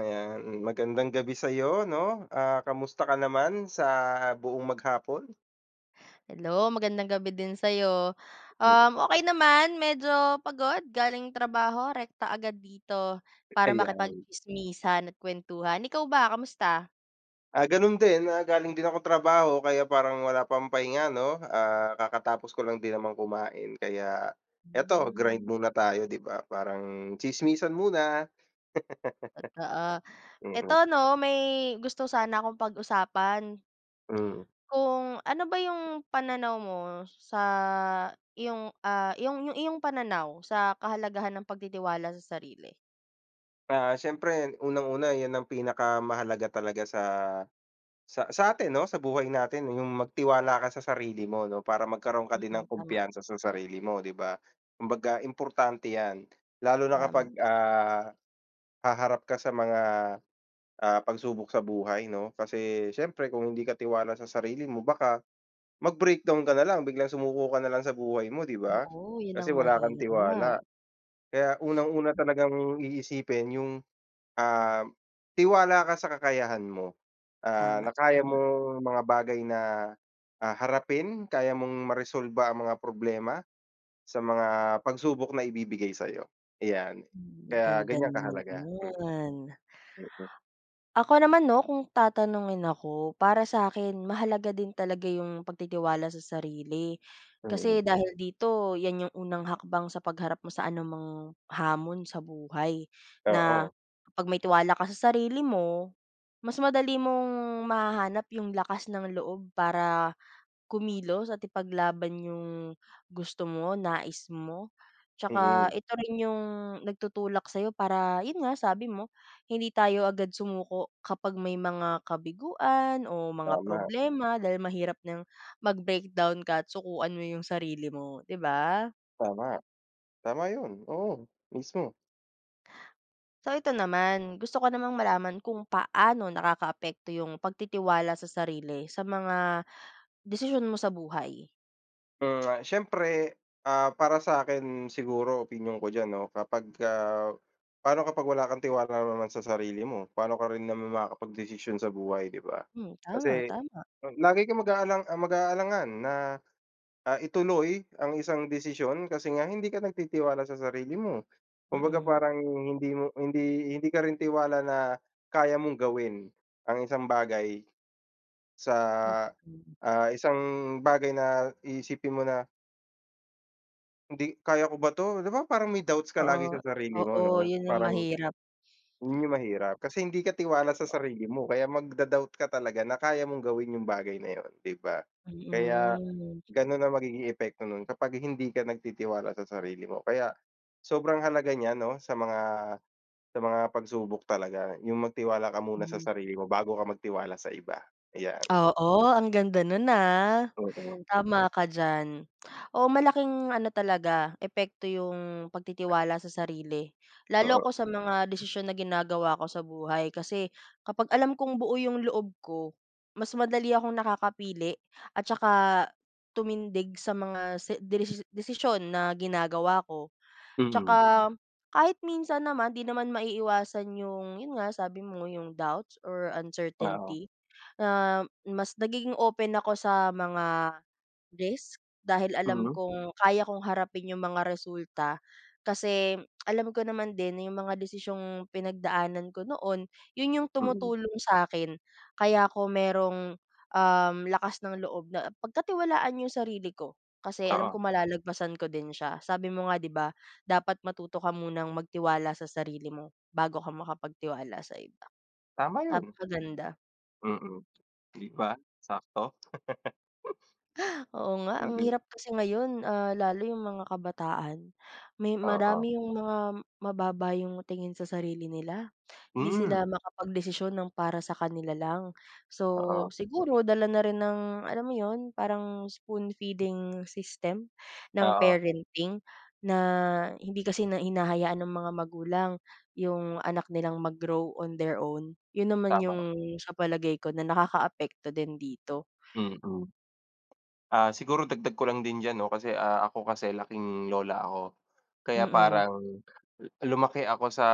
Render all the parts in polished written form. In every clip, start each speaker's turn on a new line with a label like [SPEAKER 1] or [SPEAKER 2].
[SPEAKER 1] Ayan, magandang gabi sa iyo 'no, kamusta ka naman sa buong maghapon?
[SPEAKER 2] Hello, magandang gabi din sa'yo. Okay naman, medyo pagod galing trabaho, rekta agad dito para
[SPEAKER 1] Ayan,
[SPEAKER 2] makipagtsismisan at kuwentuhan. Ikaw ba, kamusta?
[SPEAKER 1] gano'n din, galing din ako trabaho kaya parang wala pang pahinga 'no, kakatapos ko lang din naman kumain kaya eto grind
[SPEAKER 2] Hmm.
[SPEAKER 1] muna tayo, 'di ba? Parang tsismisan muna.
[SPEAKER 2] Totoo. Eto
[SPEAKER 1] Mm.
[SPEAKER 2] 'no, may gusto sana akong pag-usapan.
[SPEAKER 1] Hmm.
[SPEAKER 2] Kung ano ba yung pananaw mo sa iyong, ah, yung iyong pananaw sa kahalagahan ng pagtitiwala sa sarili?
[SPEAKER 1] Siyempre unang-una 'yan ang pinakamahalaga talaga sa atin 'no, sa buhay natin yung magtiwala ka sa sarili mo 'no, para magkaroon ka din
[SPEAKER 2] Mm,
[SPEAKER 1] ng
[SPEAKER 2] tama,
[SPEAKER 1] kumpiyansa sa sarili mo, 'di ba? Kumbaga importante 'yan, lalo na
[SPEAKER 2] tama.
[SPEAKER 1] kapag, haharap ka sa mga, pagsubok sa buhay 'no. Kasi siyempre kung hindi ka tiwala sa sarili mo baka mag-breakdown ka na lang, biglang sumuko ka na lang sa buhay mo, 'di ba?
[SPEAKER 2] Oo, yun
[SPEAKER 1] Kasi
[SPEAKER 2] ang
[SPEAKER 1] wala kang
[SPEAKER 2] mahirap.
[SPEAKER 1] tiwala. Kaya unang-una talagang iisipin yung Ah, tiwala ka sa kakayahan mo,
[SPEAKER 2] Tama,
[SPEAKER 1] na kaya
[SPEAKER 2] tama.
[SPEAKER 1] mong mga bagay na, harapin, kaya mong maresolba ang mga problema sa mga pagsubok na ibibigay sa'yo, ayan.
[SPEAKER 2] Hmm,
[SPEAKER 1] Kaya
[SPEAKER 2] ganda
[SPEAKER 1] ganyan
[SPEAKER 2] naman
[SPEAKER 1] kahalaga. Mm,
[SPEAKER 2] nun.
[SPEAKER 1] mm,
[SPEAKER 2] Ako naman 'no, kung tatanungin ako, para sa'kin mahalaga din talaga yung pagtitiwala sa sarili.
[SPEAKER 1] mm,
[SPEAKER 2] Kasi
[SPEAKER 1] mm,
[SPEAKER 2] dahil dito, yan yung unang hakbang sa pagharap mo sa anumang hamon sa buhay,
[SPEAKER 1] oo,
[SPEAKER 2] na kapag may tiwala ka sa sarili mo, mas madali mong mahahanap yung lakas ng loob para kumilos at ipaglaban yung gusto mo, nais mo. Tsaka
[SPEAKER 1] mm,
[SPEAKER 2] ito rin yung nagtutulak sa'yo para yun nga sabi mo, hindi tayo agad sumuko kapag may mga kabiguan o mga
[SPEAKER 1] tama,
[SPEAKER 2] problema dahil mahirap ng mag-breakdown ka at sukuan mo yung sarili mo, 'di ba?
[SPEAKER 1] tama, tama 'yun, oo, mismo.
[SPEAKER 2] So ito naman, gusto ko namang malaman kung paano nakakaapekto yung pagtitiwala sa sarili sa mga desisyon mo sa buhay?
[SPEAKER 1] Siyempre, para sa akin siguro opinyon ko diyan 'no, kapagka paano kapag wala kang tiwala naman sa sarili mo, paano ka rin naman makakapagdesisyon sa buhay, 'di ba?
[SPEAKER 2] Hmm, tama,
[SPEAKER 1] Kasi
[SPEAKER 2] tama,
[SPEAKER 1] lagi kang mag-aalangan na, ituloy ang isang desisyon kasi nga hindi ka nagtitiwala sa sarili mo. Kumbaga
[SPEAKER 2] mm.
[SPEAKER 1] parang hindi mo hindi hindi ka rin tiwala na kaya mong gawin ang isang bagay sa,
[SPEAKER 2] Tot mm.
[SPEAKER 1] isang bagay na iisipin mo na hindi, kaya ko ba 'to? 'Di ba parang may doubts ka
[SPEAKER 2] Oo,
[SPEAKER 1] lagi sa sarili mo
[SPEAKER 2] oo,
[SPEAKER 1] 'no?
[SPEAKER 2] 'yun yung
[SPEAKER 1] Parang
[SPEAKER 2] mahirap,
[SPEAKER 1] yun yung mahirap kasi hindi ka tiwala sa sarili mo kaya magda-doubt ka talaga na kaya mong gawin yung bagay na yun, 'di ba? Kaya
[SPEAKER 2] mm,
[SPEAKER 1] ganun ang magiging epekto nun kapag hindi ka nagtitiwala sa sarili mo. Kaya sobrang halaga niya 'no sa mga pagsubok talaga yung magtiwala ka muna sa
[SPEAKER 2] hmm.
[SPEAKER 1] sarili mo bago ka magtiwala sa iba, ayan.
[SPEAKER 2] Oo, ang ganda nun, ah,
[SPEAKER 1] Oo,
[SPEAKER 2] tama ka diyan. Oo, malaking ano talaga epekto yung pagtitiwala sa sarili, lalo
[SPEAKER 1] oo.
[SPEAKER 2] ko sa mga desisyon na ginagawa ko sa buhay kasi kapag alam kong buo yung loob ko, mas madali akong nakakapili at saka tumindig sa mga se desi desisyon na ginagawa ko.
[SPEAKER 1] Mm,
[SPEAKER 2] Tsaka kahit minsan naman 'di naman maiiwasan yung yun nga sabi mo yung doubts or
[SPEAKER 1] oo.
[SPEAKER 2] uncertainty na mas nagiging open ako sa mga risk, dahil alam
[SPEAKER 1] Mm,
[SPEAKER 2] kong kaya kong harapin yung mga resulta. Kasi alam ko naman din na yung mga desisyong pinagdaanan ko noon, yun yung
[SPEAKER 1] mm.
[SPEAKER 2] tumutulong sa akin. Kaya ako merong, lakas ng loob na pagkatiwalaan yung sarili ko. Kasi alam
[SPEAKER 1] Oo,
[SPEAKER 2] ko malalagpasan ko din siya. Sabi mo nga 'di ba, dapat matuto ka munang magtiwala sa sarili mo bago ka makapagtiwala sa iba.
[SPEAKER 1] tama yun.
[SPEAKER 2] Napakaganda.
[SPEAKER 1] Mm. Di ba, sakto?
[SPEAKER 2] Oo nga, ang
[SPEAKER 1] Mm,
[SPEAKER 2] hirap kasi ngayon, ah, lalo yung mga kabataan, may
[SPEAKER 1] oo.
[SPEAKER 2] marami yung mga mababa yung tingin sa sarili nila. Hindi
[SPEAKER 1] Hmm,
[SPEAKER 2] sila makapagdesisyon ng para sa kanila lang. So,
[SPEAKER 1] oo.
[SPEAKER 2] siguro dala na rin ng alam mo yun, parang spoon feeding system ng
[SPEAKER 1] Oo,
[SPEAKER 2] parenting na hindi kasi na hinahayaan ng mga magulang yung anak nilang mag-grow on their own. Yun naman
[SPEAKER 1] tama.
[SPEAKER 2] yung sa palagay ko na nakakaapekto din dito.
[SPEAKER 1] Mm. Siguro dagdag ko lang din diyan 'no, kasi, ako kasi laking lola ako. Kaya
[SPEAKER 2] Mm,
[SPEAKER 1] parang lumaki ako sa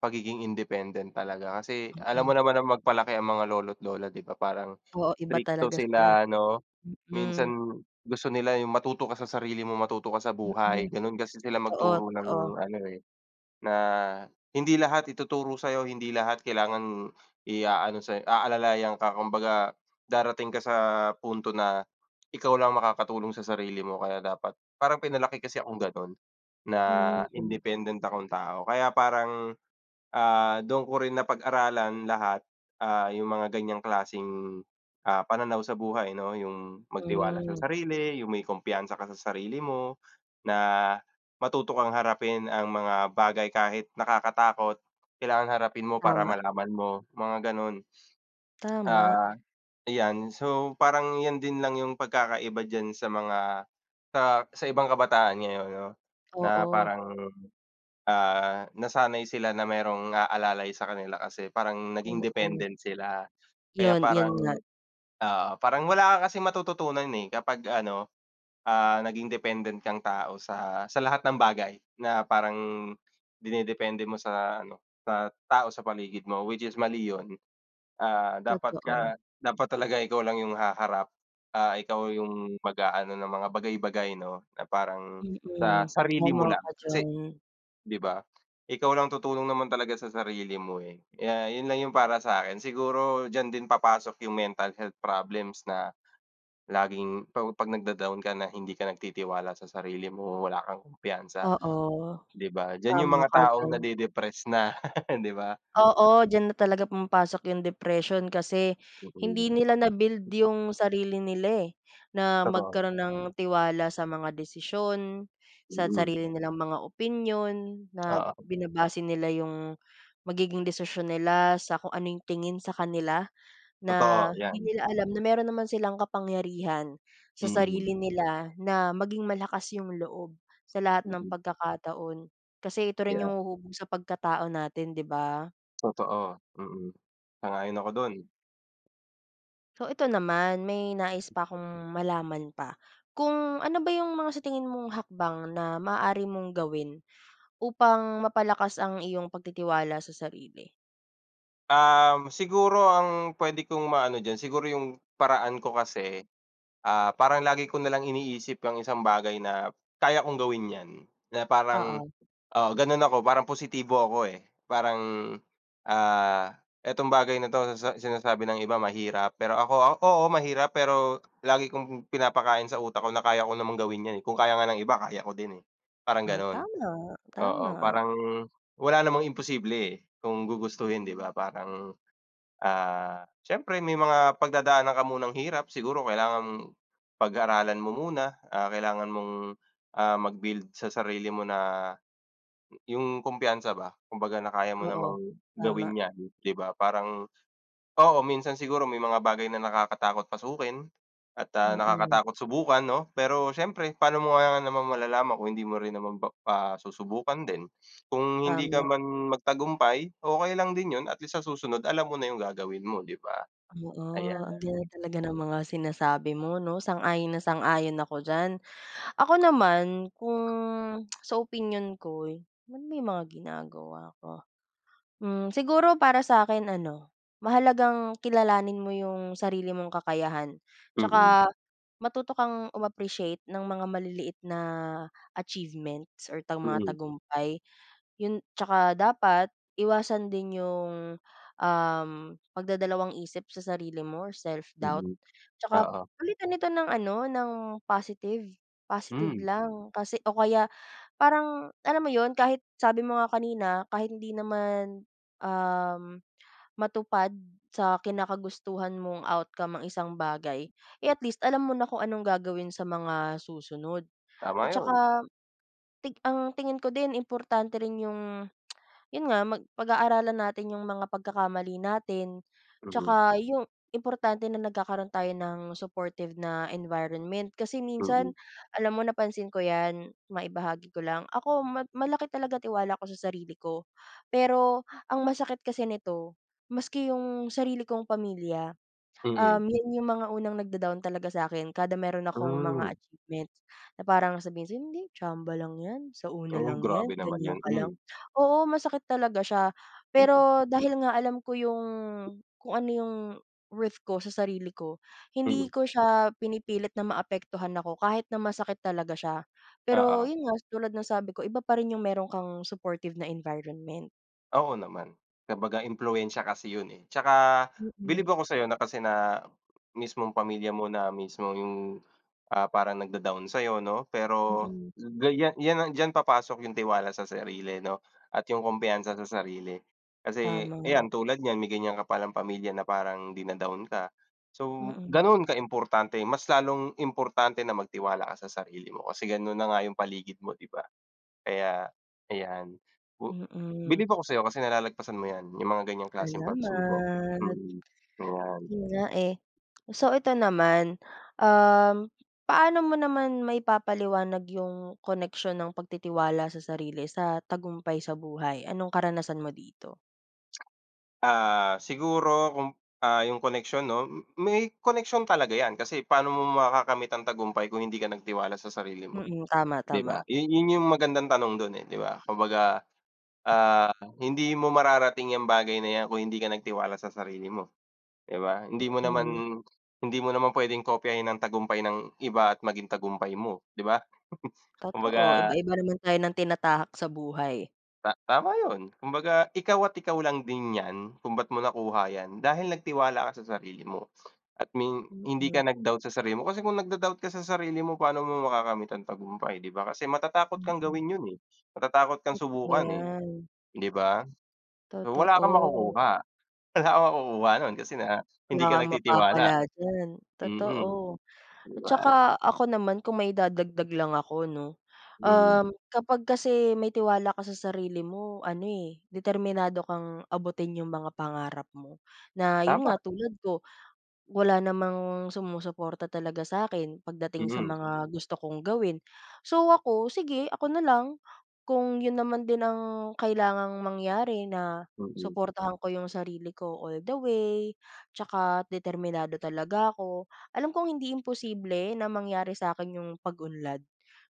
[SPEAKER 1] pagiging independent talaga kasi alam
[SPEAKER 2] oo.
[SPEAKER 1] mo naman na magpalaki ang mga lolo't lola, 'di ba? Parang
[SPEAKER 2] Oo, iba
[SPEAKER 1] strikto
[SPEAKER 2] talaga sila.
[SPEAKER 1] sila 'no, minsan
[SPEAKER 2] Mm.
[SPEAKER 1] gusto nila yung matuto ka sa sarili mo, matuto ka sa
[SPEAKER 2] Mm.
[SPEAKER 1] buhay, gano'n kasi sila
[SPEAKER 2] Totoo,
[SPEAKER 1] magturo ng
[SPEAKER 2] totoo.
[SPEAKER 1] ano, eh. Na hindi lahat ituturo sa'yo, hindi lahat kailangan i-aano sa'yo, aalalayan ka. Kumbaga darating ka sa punto na ikaw lang makakatulong sa sarili mo kaya dapat parang pinalaki kasi akong gano'n, na
[SPEAKER 2] Hmm,
[SPEAKER 1] independent akong tao. Kaya parang doon ko rin napag-aralan lahat, yung mga ganiyang klaseng, pananaw sa buhay 'no, yung magtiwala sa
[SPEAKER 2] hmm.
[SPEAKER 1] sarili, yung may kumpiyansa ka sa sarili mo, na matuto kang harapin ang mga bagay kahit nakakatakot, kailangan harapin mo para
[SPEAKER 2] Tama,
[SPEAKER 1] malaman mo, mga gano'n.
[SPEAKER 2] tama.
[SPEAKER 1] Ah, Ayan, so parang 'yan din lang yung pagkakaiba diyan sa mga sa ibang kabataan ngayon 'no, na
[SPEAKER 2] Oo,
[SPEAKER 1] parang nasanay sila na merong aalalay sa kanila kasi parang naging
[SPEAKER 2] oo.
[SPEAKER 1] dependent sila. Kaya
[SPEAKER 2] 'Yun, 'yun
[SPEAKER 1] parang
[SPEAKER 2] nga,
[SPEAKER 1] oo, parang wala ka kasing matututunan, eh, kapag ano, naging dependent kang tao sa lahat ng bagay na parang dinedepende mo sa ano, sa tao sa paligid mo, which is mali yun. Ah, dapat ka
[SPEAKER 2] totoo.
[SPEAKER 1] Dapat talaga ikaw lang yung haharap, ikaw yung mag-aano ng mga bagay-bagay 'no, na parang
[SPEAKER 2] Mm,
[SPEAKER 1] sa sarili
[SPEAKER 2] tama
[SPEAKER 1] mo lang.
[SPEAKER 2] ka
[SPEAKER 1] Kasi,
[SPEAKER 2] diyan.
[SPEAKER 1] 'di ba? Ikaw lang tutulong naman talaga sa sarili mo, eh. 'Yun lang 'yung para sa'kin. Siguro diyan din papasok 'yung mental health problems na laging pa 'pag nagda-down ka na hindi ka nagtitiwala sa sarili mo, wala kang kumpiyansa,
[SPEAKER 2] Oo,
[SPEAKER 1] 'di ba? Diyan 'yung
[SPEAKER 2] tama
[SPEAKER 1] mga
[SPEAKER 2] ka
[SPEAKER 1] taong
[SPEAKER 2] diyan.
[SPEAKER 1] nade-depress na, 'di ba?
[SPEAKER 2] Oo, diyan na talaga pumapasok yung depression kasi
[SPEAKER 1] Mm,
[SPEAKER 2] hindi nila na-build yung sarili nila, eh, na
[SPEAKER 1] totoo.
[SPEAKER 2] magkaroon ng tiwala sa mga desisyon, sa
[SPEAKER 1] Mm,
[SPEAKER 2] sarili nilang mga opinyon na
[SPEAKER 1] oo,
[SPEAKER 2] binabase nila yung magiging desisyon nila sa kung ano yung tingin sa kanila na
[SPEAKER 1] totoo
[SPEAKER 2] hindi
[SPEAKER 1] 'yan.
[SPEAKER 2] nila alam na meron naman silang kapangyarihan sa
[SPEAKER 1] Mm,
[SPEAKER 2] sarili nila na maging malakas yung loob sa lahat ng
[SPEAKER 1] mm,
[SPEAKER 2] pagkakataon. Kasi ito rin
[SPEAKER 1] kaya
[SPEAKER 2] yung huhubog sa pagkatao natin, 'di ba?
[SPEAKER 1] totoo, mm. Sang-ayon ako do'n.
[SPEAKER 2] So ito naman, may nais pa akong malaman pa. Kung ano ba yung mga sa tingin mong hakbang na maaari mong gawin upang mapalakas ang iyong pagtitiwala sa sarili?
[SPEAKER 1] Siguro ang puwede kong maano diyan, siguro 'yung paraan ko kasi parang lagi ko nalang iniisip ang isang bagay na kaya kong gawin 'yan, na parang
[SPEAKER 2] Oo.
[SPEAKER 1] oo, gano'n ako parang positibo ako, eh. Parang, "Etong bagay na 'to sa sinasabi ng iba mahirap," pero ako, oo mahirap pero lagi kong pinapakain sa utak ko na kaya ko namang gawin 'yan, eh. Kung kaya nga ng iba kaya ko din, eh, parang
[SPEAKER 2] Oh,
[SPEAKER 1] gano'n.
[SPEAKER 2] tama,
[SPEAKER 1] Oo,
[SPEAKER 2] tama.
[SPEAKER 1] parang wala namang imposible, eh, kung gugustuhin, 'di ba? Parang siyempre may mga pagdadaanan ka munang hirap siguro kailangan mong pag-aralan mo muna, kailangan mong, mag-build sa sarili mo na yung kumpiyansa ba kumbaga na kaya mo
[SPEAKER 2] Oo,
[SPEAKER 1] namang
[SPEAKER 2] tama.
[SPEAKER 1] gawin 'yan, 'di ba? Parang oo, minsan siguro may mga bagay na nakakatakot pasukin at,
[SPEAKER 2] Mm,
[SPEAKER 1] nakakatakot subukan 'no? Pero siyempre paano mo nga naman malalaman kung hindi mo rin naman ba pa susubukan din. Kung hindi ka
[SPEAKER 2] tama.
[SPEAKER 1] man magtagumpay, okey lang din 'yun at least sa susunod alam mo na yung gagawin mo, 'di ba? Ayan,
[SPEAKER 2] Oo, ang ganda talaga ng mga sinasabi mo 'no, sang-ayon na sang-ayon ako diyan. Ako naman kung sa opinyon ko, eh, man may mga ginagawa ako. Hmm, siguro para sa akin ano, mahalagang kilalanin mo yung sarili mong kakayahan,
[SPEAKER 1] mm,
[SPEAKER 2] tsaka matuto kang ng mga maliliit na achievements or mga
[SPEAKER 1] mm,
[SPEAKER 2] tagumpay, yun tsaka dapat iwasan din yung, um, pagdadalawang-isip sa sarili mo or self-doubt,
[SPEAKER 1] mm,
[SPEAKER 2] tsaka
[SPEAKER 1] oo,
[SPEAKER 2] palitan ito ng ano, ng positive, positive
[SPEAKER 1] hmm,
[SPEAKER 2] lang kasi o kaya parang alam mo yun, kahit sabi mo nga kanina, kahit hindi naman, um, matupad sa kinakagustuhan mong outcome ang isang bagay, eh, at least alam mo na kung anong gagawin sa mga susunod. At
[SPEAKER 1] tama yun,
[SPEAKER 2] saka ang tingin ko din importante rin yung 'yun nga pag-aaralan natin yung mga pagkakamali natin,
[SPEAKER 1] mm,
[SPEAKER 2] tsaka yung importante na nagkakaroon tayo ng supportive na environment. Kasi
[SPEAKER 1] mm,
[SPEAKER 2] minsan alam mo napansin ko 'yan, maibahagi ko lang. Ako malaki talaga tiwala ko sa sarili ko, pero ang masakit kasi nito maski yung sarili kong pamilya.
[SPEAKER 1] mm, mm,
[SPEAKER 2] 'Yan yung mga unang nagda-down talaga sa'kin kada meron akong
[SPEAKER 1] hmm,
[SPEAKER 2] mga achievements na parang sabihin sa'yo, "Hindi, tsamba lang 'yan, sa una
[SPEAKER 1] oh,
[SPEAKER 2] lang 'yan,
[SPEAKER 1] grabe naman
[SPEAKER 2] ganiyan
[SPEAKER 1] yun,
[SPEAKER 2] ka
[SPEAKER 1] hmm,
[SPEAKER 2] lang." Oo, masakit talaga siya.
[SPEAKER 1] mm,
[SPEAKER 2] Pero dahil nga alam ko yung kung ano yung worth ko sa sarili ko, hindi
[SPEAKER 1] mm,
[SPEAKER 2] ko siya pinipilit na maapektuhan ako kahit na masakit talaga siya. Pero
[SPEAKER 1] oo.
[SPEAKER 2] yun nga, tulad ng sabi ko, iba pa rin yung meron kang supportive na environment.
[SPEAKER 1] Oo naman, kumbaga impluwensiya kasi yun, eh, tsaka
[SPEAKER 2] Mm,
[SPEAKER 1] bilib ako sa'yo na kasi na mismong pamilya mo na mismo yung, parang nagda-down sa'yo 'no, pero
[SPEAKER 2] mm.
[SPEAKER 1] ganyan yan yan ang diyan papasok yung tiwala sa sarili 'no, at yung kumpiyansa sa sarili. Kasi
[SPEAKER 2] Tama,
[SPEAKER 1] ayan tulad niyan may ganyan ka palang pamilya na parang dina-down ka, so
[SPEAKER 2] mm,
[SPEAKER 1] gano'n kaimportante mas lalong importante na magtiwala ka sa sarili mo kasi gano'n na nga yung paligid mo, 'di ba? Kaya ayan. Bu
[SPEAKER 2] mm.
[SPEAKER 1] Believe ako sa'yo kasi nalalagpasan mo 'yan, yung mga ganyang klaseng pagsubok.
[SPEAKER 2] Salamat.
[SPEAKER 1] Mm, ayan.
[SPEAKER 2] Yun nga, eh. So ito naman, um, paano mo naman maipapaliwanag yung connection ng pagtitiwala sa sarili sa tagumpay sa buhay? Anong karanasan mo dito?
[SPEAKER 1] Siguro kung, yung koneksyon 'no, may koneksyon talaga 'yan kasi paano mo makakamit ang tagumpay kung hindi ka nagtiwala sa sarili mo,
[SPEAKER 2] Mm, tama,
[SPEAKER 1] 'di
[SPEAKER 2] tama.
[SPEAKER 1] ba? Yun yung magandang tanong dun, eh, 'di ba? Kumbaga, ah, hindi mo mararating yang bagay na 'yan kung hindi ka nagtiwala sa sarili mo, 'di ba?
[SPEAKER 2] Mm,
[SPEAKER 1] Hindi mo naman puwedeng kopyahin ang tagumpay ng iba at maging tagumpay mo, 'di ba?
[SPEAKER 2] totoo.
[SPEAKER 1] Kumbaga
[SPEAKER 2] Iba-iba naman tayo ng tinatahak sa buhay.
[SPEAKER 1] Tama 'yun. Kumbaga ikaw at ikaw lang din 'yan kung ba't mo nakuha 'yan dahil nagtiwala ka sa sarili mo at min hindi
[SPEAKER 2] Mm,
[SPEAKER 1] ka nag-doubt sa sarili mo. Kasi kung nagda-doubt ka sa sarili mo paano mo makakamit ang tagumpay, 'di ba? Kasi matatakot kang
[SPEAKER 2] mm.
[SPEAKER 1] gawin 'yun, eh. Matatakot kang
[SPEAKER 2] Totoo
[SPEAKER 1] subukan, eh,
[SPEAKER 2] yan,
[SPEAKER 1] 'di ba? So, wala kang
[SPEAKER 2] totoo.
[SPEAKER 1] makukuha. Wala kang makukuha nun kasi na
[SPEAKER 2] Wala
[SPEAKER 1] hindi ka
[SPEAKER 2] kang mapapala
[SPEAKER 1] nagtitiwala.
[SPEAKER 2] diyan,
[SPEAKER 1] Mm,
[SPEAKER 2] totoo.
[SPEAKER 1] 'di
[SPEAKER 2] At
[SPEAKER 1] ba?
[SPEAKER 2] saka ako naman kung may dadagdag lang ako 'no,
[SPEAKER 1] Mm,
[SPEAKER 2] kapag kasi may tiwala ka sa sarili mo ano, eh, determinado kang abutin yung mga pangarap mo. Na yun
[SPEAKER 1] tama.
[SPEAKER 2] nga tulad ko, wala namang sumusuporta talaga sa akin pagdating sa Mm.
[SPEAKER 1] Mm,
[SPEAKER 2] mga gusto kong gawin. So ako, sige ako na lang, kung yun naman din ang kailangang mangyari na
[SPEAKER 1] mm.
[SPEAKER 2] suportahan ko yung sarili ko all the way, tsaka determinado talaga ako. Alam kong hindi imposible na mangyari sa akin yung pag-unlad,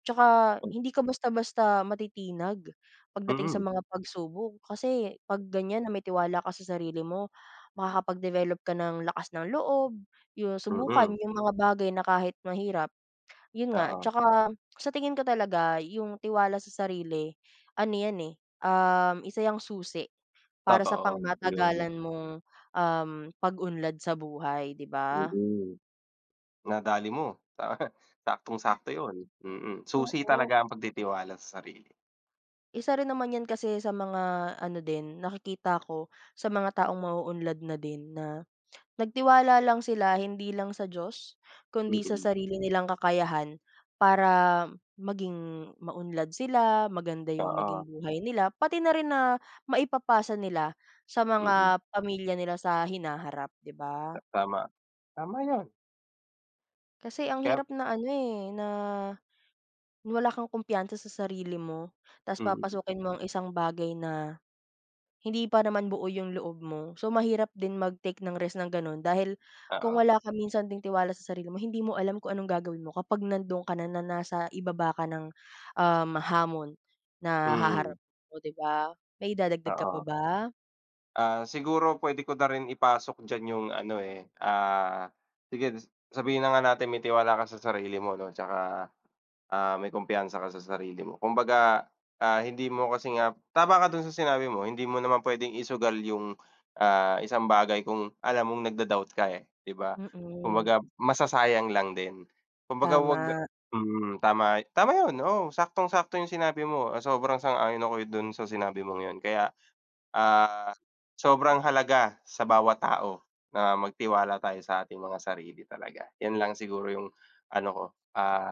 [SPEAKER 2] tsaka hindi ka basta-basta matitinag pagdating sa
[SPEAKER 1] Mm,
[SPEAKER 2] mga pagsubok kasi 'pag ganyan na may tiwala ka sa sarili mo makakapag-develop ka ng lakas ng loob, yung
[SPEAKER 1] mm,
[SPEAKER 2] subukan
[SPEAKER 1] mm.
[SPEAKER 2] yung mga bagay na kahit mahirap, yun nga.
[SPEAKER 1] Oo,
[SPEAKER 2] Tsaka sa tingin ko talaga yung tiwala sa sarili ano yan, eh, isa yang susi para sa
[SPEAKER 1] totoo, 'yun.
[SPEAKER 2] pangmatagalan mong, pag-unlad sa buhay, 'di ba?
[SPEAKER 1] Mm. Nadali mo, ta saktong-sakto 'yun, mm. Susi
[SPEAKER 2] Oo,
[SPEAKER 1] talaga ang pagtitiwala sa sarili,
[SPEAKER 2] isa rin naman yan kasi sa mga ano din nakikita ko sa mga taong mauunlad na din na nagtiwala lang sila hindi lang sa Diyos, kundi sa
[SPEAKER 1] mm,
[SPEAKER 2] sarili nilang kakayahan para maging maunlad sila, maganda yung maging
[SPEAKER 1] oo,
[SPEAKER 2] buhay nila, pati na rin na maipapasa nila sa
[SPEAKER 1] mm,
[SPEAKER 2] mga pamilya nila sa hinaharap, 'di ba?
[SPEAKER 1] tama. Tama 'yun,
[SPEAKER 2] Kasi ang
[SPEAKER 1] kaya
[SPEAKER 2] hirap na ano, eh, na wala kang kumpiyansa sa sarili mo, ta's
[SPEAKER 1] mm,
[SPEAKER 2] papasukin mo ang isang bagay na hindi pa naman buo yung loob mo. So, mahirap din mag-take ng rest ng gano'n dahil kung
[SPEAKER 1] oo,
[SPEAKER 2] wala ka minsan ding tiwala sa sarili mo, hindi mo alam kung anong gagawin mo kapag nando'n ka na na nasa ibaba ka ng, hamon na
[SPEAKER 1] mm,
[SPEAKER 2] haharap mo, 'di ba? May dadagdag ka pa
[SPEAKER 1] oo.
[SPEAKER 2] ba?
[SPEAKER 1] Siguro puwede ko na rin ipasok diyan 'yung ano, eh, ah, sige sabihin na nga natin may tiwala ka sa sarili mo 'no, tsaka may kumpiyansa ka sa sarili mo. Kumbaga, hindi mo kasi nga tama ka dun sa sinabi mo, hindi mo naman puwedeng isugal yung, isang bagay kung alam mong nagda-doubt ka, eh, 'di ba?
[SPEAKER 2] Mm, mm,
[SPEAKER 1] Kumbaga, masasayang lang din. Kumbaga, 'wag.
[SPEAKER 2] tama,
[SPEAKER 1] Mm, tama, tama yun, oo, saktong-sakto yung sinabi mo, sobrang sang-ayon ako dun sa sinabi mong yun. Kaya, ah, sobrang halaga sa bawat tao na magtiwala tayo sa ating mga sarili talaga. Yan lang siguro yung ano ko, ah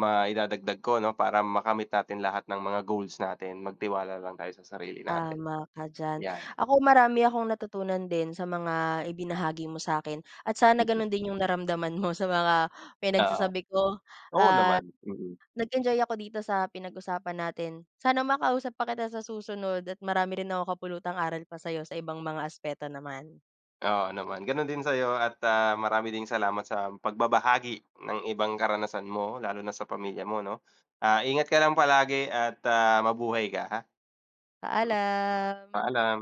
[SPEAKER 1] Maidadagdag ko 'no, para makamit natin lahat ng mga goals natin, magtiwala lang tayo sa sarili natin,
[SPEAKER 2] tama ka diyan.
[SPEAKER 1] 'yan,
[SPEAKER 2] Ako marami akong natutunan din sa mga ibinahagi mo sa akin at sana gano'n din yung naramdaman mo sa mga
[SPEAKER 1] oo.
[SPEAKER 2] pinagsasabi ko.
[SPEAKER 1] Oo naman, mm.
[SPEAKER 2] Nag-enjoy ako dito sa pinag-usapan natin. Sana makausap pa kita sa susunod at marami rin ako kapulutang aral pa sa'yo sa ibang mga aspeto naman.
[SPEAKER 1] Oo naman, gano'n din sa'yo at, marami ding salamat sa pagbabahagi ng ibang karanasan mo, lalo na sa pamilya mo 'no. Ingat ka lang palagi at, mabuhay ka ha.
[SPEAKER 2] Paalam.
[SPEAKER 1] Mm, paalam.